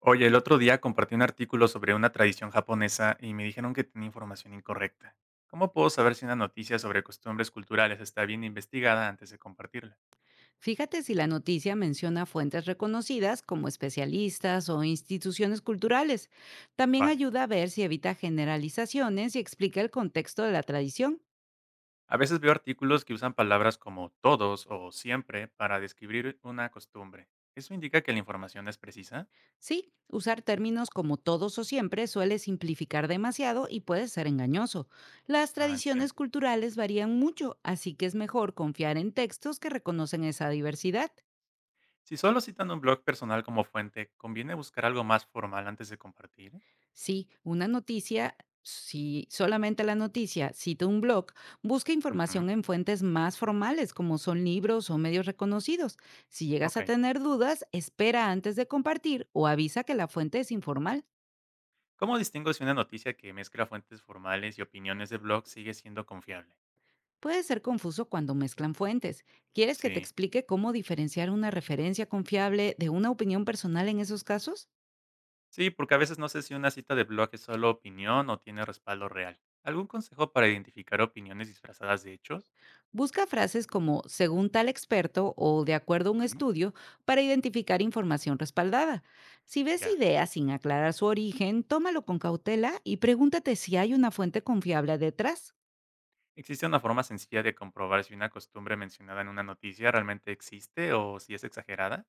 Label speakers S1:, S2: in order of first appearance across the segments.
S1: Oye, el otro día compartí un artículo sobre una tradición japonesa y me dijeron que tenía información incorrecta. ¿Cómo puedo saber si una noticia sobre costumbres culturales está bien investigada antes de compartirla?
S2: Fíjate si la noticia menciona fuentes reconocidas como especialistas o instituciones culturales. También
S1: Vale.
S2: ayuda a ver si evita generalizaciones y explica el contexto de la tradición.
S1: A veces veo artículos que usan palabras como todos o siempre para describir una costumbre. ¿Eso indica que la información es precisa?
S2: Sí, usar términos como todos o siempre suele simplificar demasiado y puede ser engañoso. Las
S1: Ah, entiendo.
S2: tradiciones culturales varían mucho, así que es mejor confiar en textos que reconocen esa diversidad.
S1: Si solo citan un blog personal como fuente, ¿conviene buscar algo más formal antes de compartir?
S2: Sí, una noticia, si solamente la noticia cita un blog, busca
S1: Ujú.
S2: información en fuentes más formales como son libros o medios reconocidos. Si llegas
S1: Ok.
S2: a tener dudas, espera antes de compartir o avisa que la fuente es informal.
S1: ¿Cómo distingo si una noticia que mezcla fuentes formales y opiniones de blog sigue siendo confiable?
S2: Puede ser confuso cuando mezclan fuentes. ¿Quieres que te
S1: Sí,
S2: explique cómo diferenciar una referencia confiable de una opinión personal en esos casos?
S1: sí, porque a veces no sé si una cita de blog es solo opinión o tiene respaldo real. ¿Algún consejo para identificar opiniones disfrazadas de hechos?
S2: Busca frases como según tal experto o de acuerdo a un
S1: Ujú.
S2: estudio para identificar información respaldada. Si ves
S1: Ya.
S2: ideas sin aclarar su origen, tómalo con cautela y pregúntate si hay una fuente confiable detrás.
S1: ¿Existe una forma sencilla de comprobar si una costumbre mencionada en una noticia realmente existe o si es exagerada?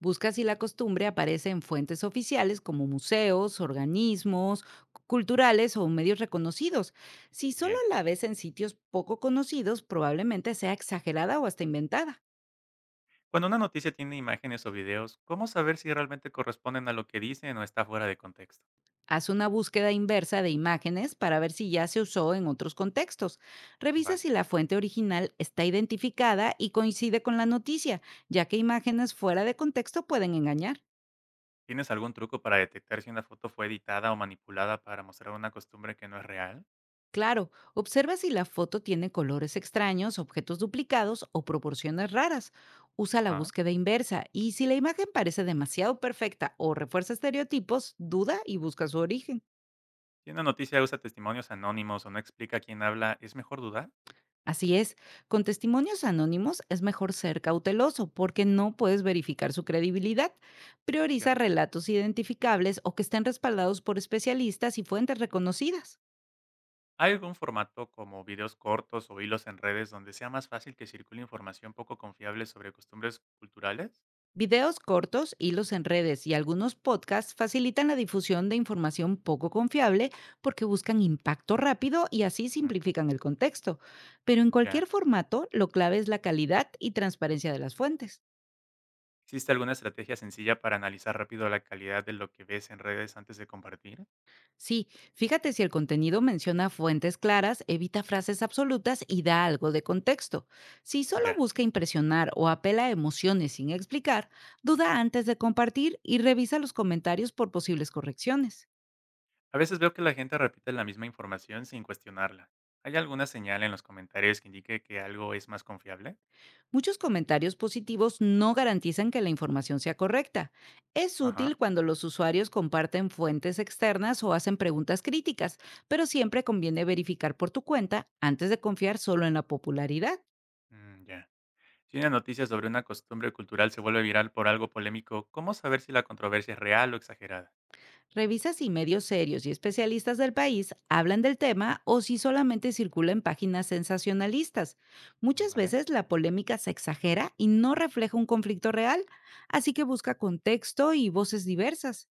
S2: Busca si la costumbre aparece en fuentes oficiales como museos, organismos culturales o medios reconocidos. Si solo
S1: Bien.
S2: la ves en sitios poco conocidos, probablemente sea exagerada o hasta inventada.
S1: Cuando una noticia tiene imágenes o videos, ¿cómo saber si realmente corresponden a lo que dicen o está fuera de contexto?
S2: Haz una búsqueda inversa de imágenes para ver si ya se usó en otros contextos. Revisa si
S1: Vale.
S2: la fuente original está identificada y coincide con la noticia, ya que imágenes fuera de contexto pueden engañar.
S1: ¿Tienes algún truco para detectar si una foto fue editada o manipulada para mostrar una costumbre que no es real?
S2: Claro, observa si la foto tiene colores extraños, objetos duplicados o proporciones raras. Usa la
S1: Ajá.
S2: búsqueda inversa y si la imagen parece demasiado perfecta o refuerza estereotipos, duda y busca su origen.
S1: Si una noticia usa testimonios anónimos o no explica quién habla, ¿es mejor dudar?
S2: Así es, con testimonios anónimos es mejor ser cauteloso porque no puedes verificar su credibilidad. Prioriza
S1: Cierto.
S2: relatos identificables o que estén respaldados por especialistas y fuentes reconocidas.
S1: ¿Hay algún formato como videos cortos o hilos en redes donde sea más fácil que circule información poco confiable sobre costumbres culturales?
S2: Videos cortos, hilos en redes y algunos podcasts facilitan la difusión de información poco confiable porque buscan impacto rápido y así
S1: Ujú.
S2: simplifican el contexto. Pero en cualquier
S1: Ya.
S2: formato, lo clave es la calidad y transparencia de las fuentes.
S1: ¿Existe alguna estrategia sencilla para analizar rápido la calidad de lo que ves en redes antes de compartir?
S2: Sí, fíjate si el contenido menciona fuentes claras, evita frases absolutas y da algo de contexto. Si solo
S1: Ya.
S2: busca impresionar o apela a emociones sin explicar, duda antes de compartir y revisa los comentarios por posibles correcciones.
S1: A veces veo que la gente repite la misma información sin cuestionarla. ¿Hay alguna señal en los comentarios que indique que algo es más confiable?
S2: Muchos comentarios positivos no garantizan que la información sea correcta. Es
S1: Ajá.
S2: útil cuando los usuarios comparten fuentes externas o hacen preguntas críticas, pero siempre conviene verificar por tu cuenta antes de confiar solo en la popularidad.
S1: Mm, ya. Si una noticia sobre una costumbre cultural se vuelve viral por algo polémico, ¿cómo saber si la controversia es real o exagerada?
S2: Revisa si medios serios y especialistas del país hablan del tema o si solamente circula en páginas sensacionalistas. Muchas
S1: ¿Vale?
S2: veces la polémica se exagera y no refleja un conflicto real, así que busca contexto y voces diversas.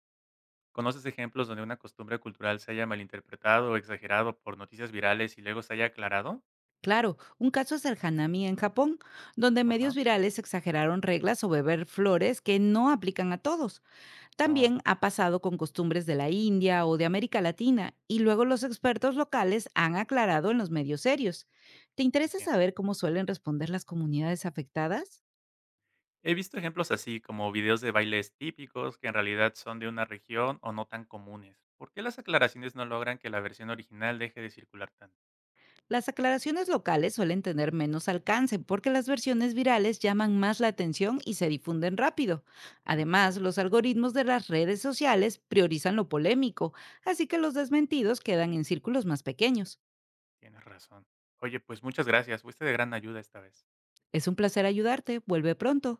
S1: ¿Conoces ejemplos donde una costumbre cultural se haya malinterpretado o exagerado por noticias virales y luego se haya aclarado?
S2: Claro, un caso es el Hanami en Japón, donde medios
S1: Ajá.
S2: virales exageraron reglas o beber flores que no aplican a todos.
S1: Oh,
S2: También ha pasado con costumbres de la India o de América Latina y luego los expertos locales han aclarado en los medios serios. ¿Te interesa
S1: entiendo.
S2: saber cómo suelen responder las comunidades afectadas?
S1: He visto ejemplos así, como videos de bailes típicos que en realidad son de una región o no tan comunes. ¿Por qué las aclaraciones no logran que la versión original deje de circular tanto?
S2: Las aclaraciones locales suelen tener menos alcance porque las versiones virales llaman más la atención y se difunden rápido.
S1: Mm,
S2: Además,
S1: cierto,
S2: los algoritmos de las redes sociales priorizan lo polémico, así que los desmentidos quedan en círculos más pequeños.
S1: tienes razón. Oye, pues muchas gracias. Fuiste de gran ayuda esta vez.
S2: Es un placer ayudarte. Vuelve pronto.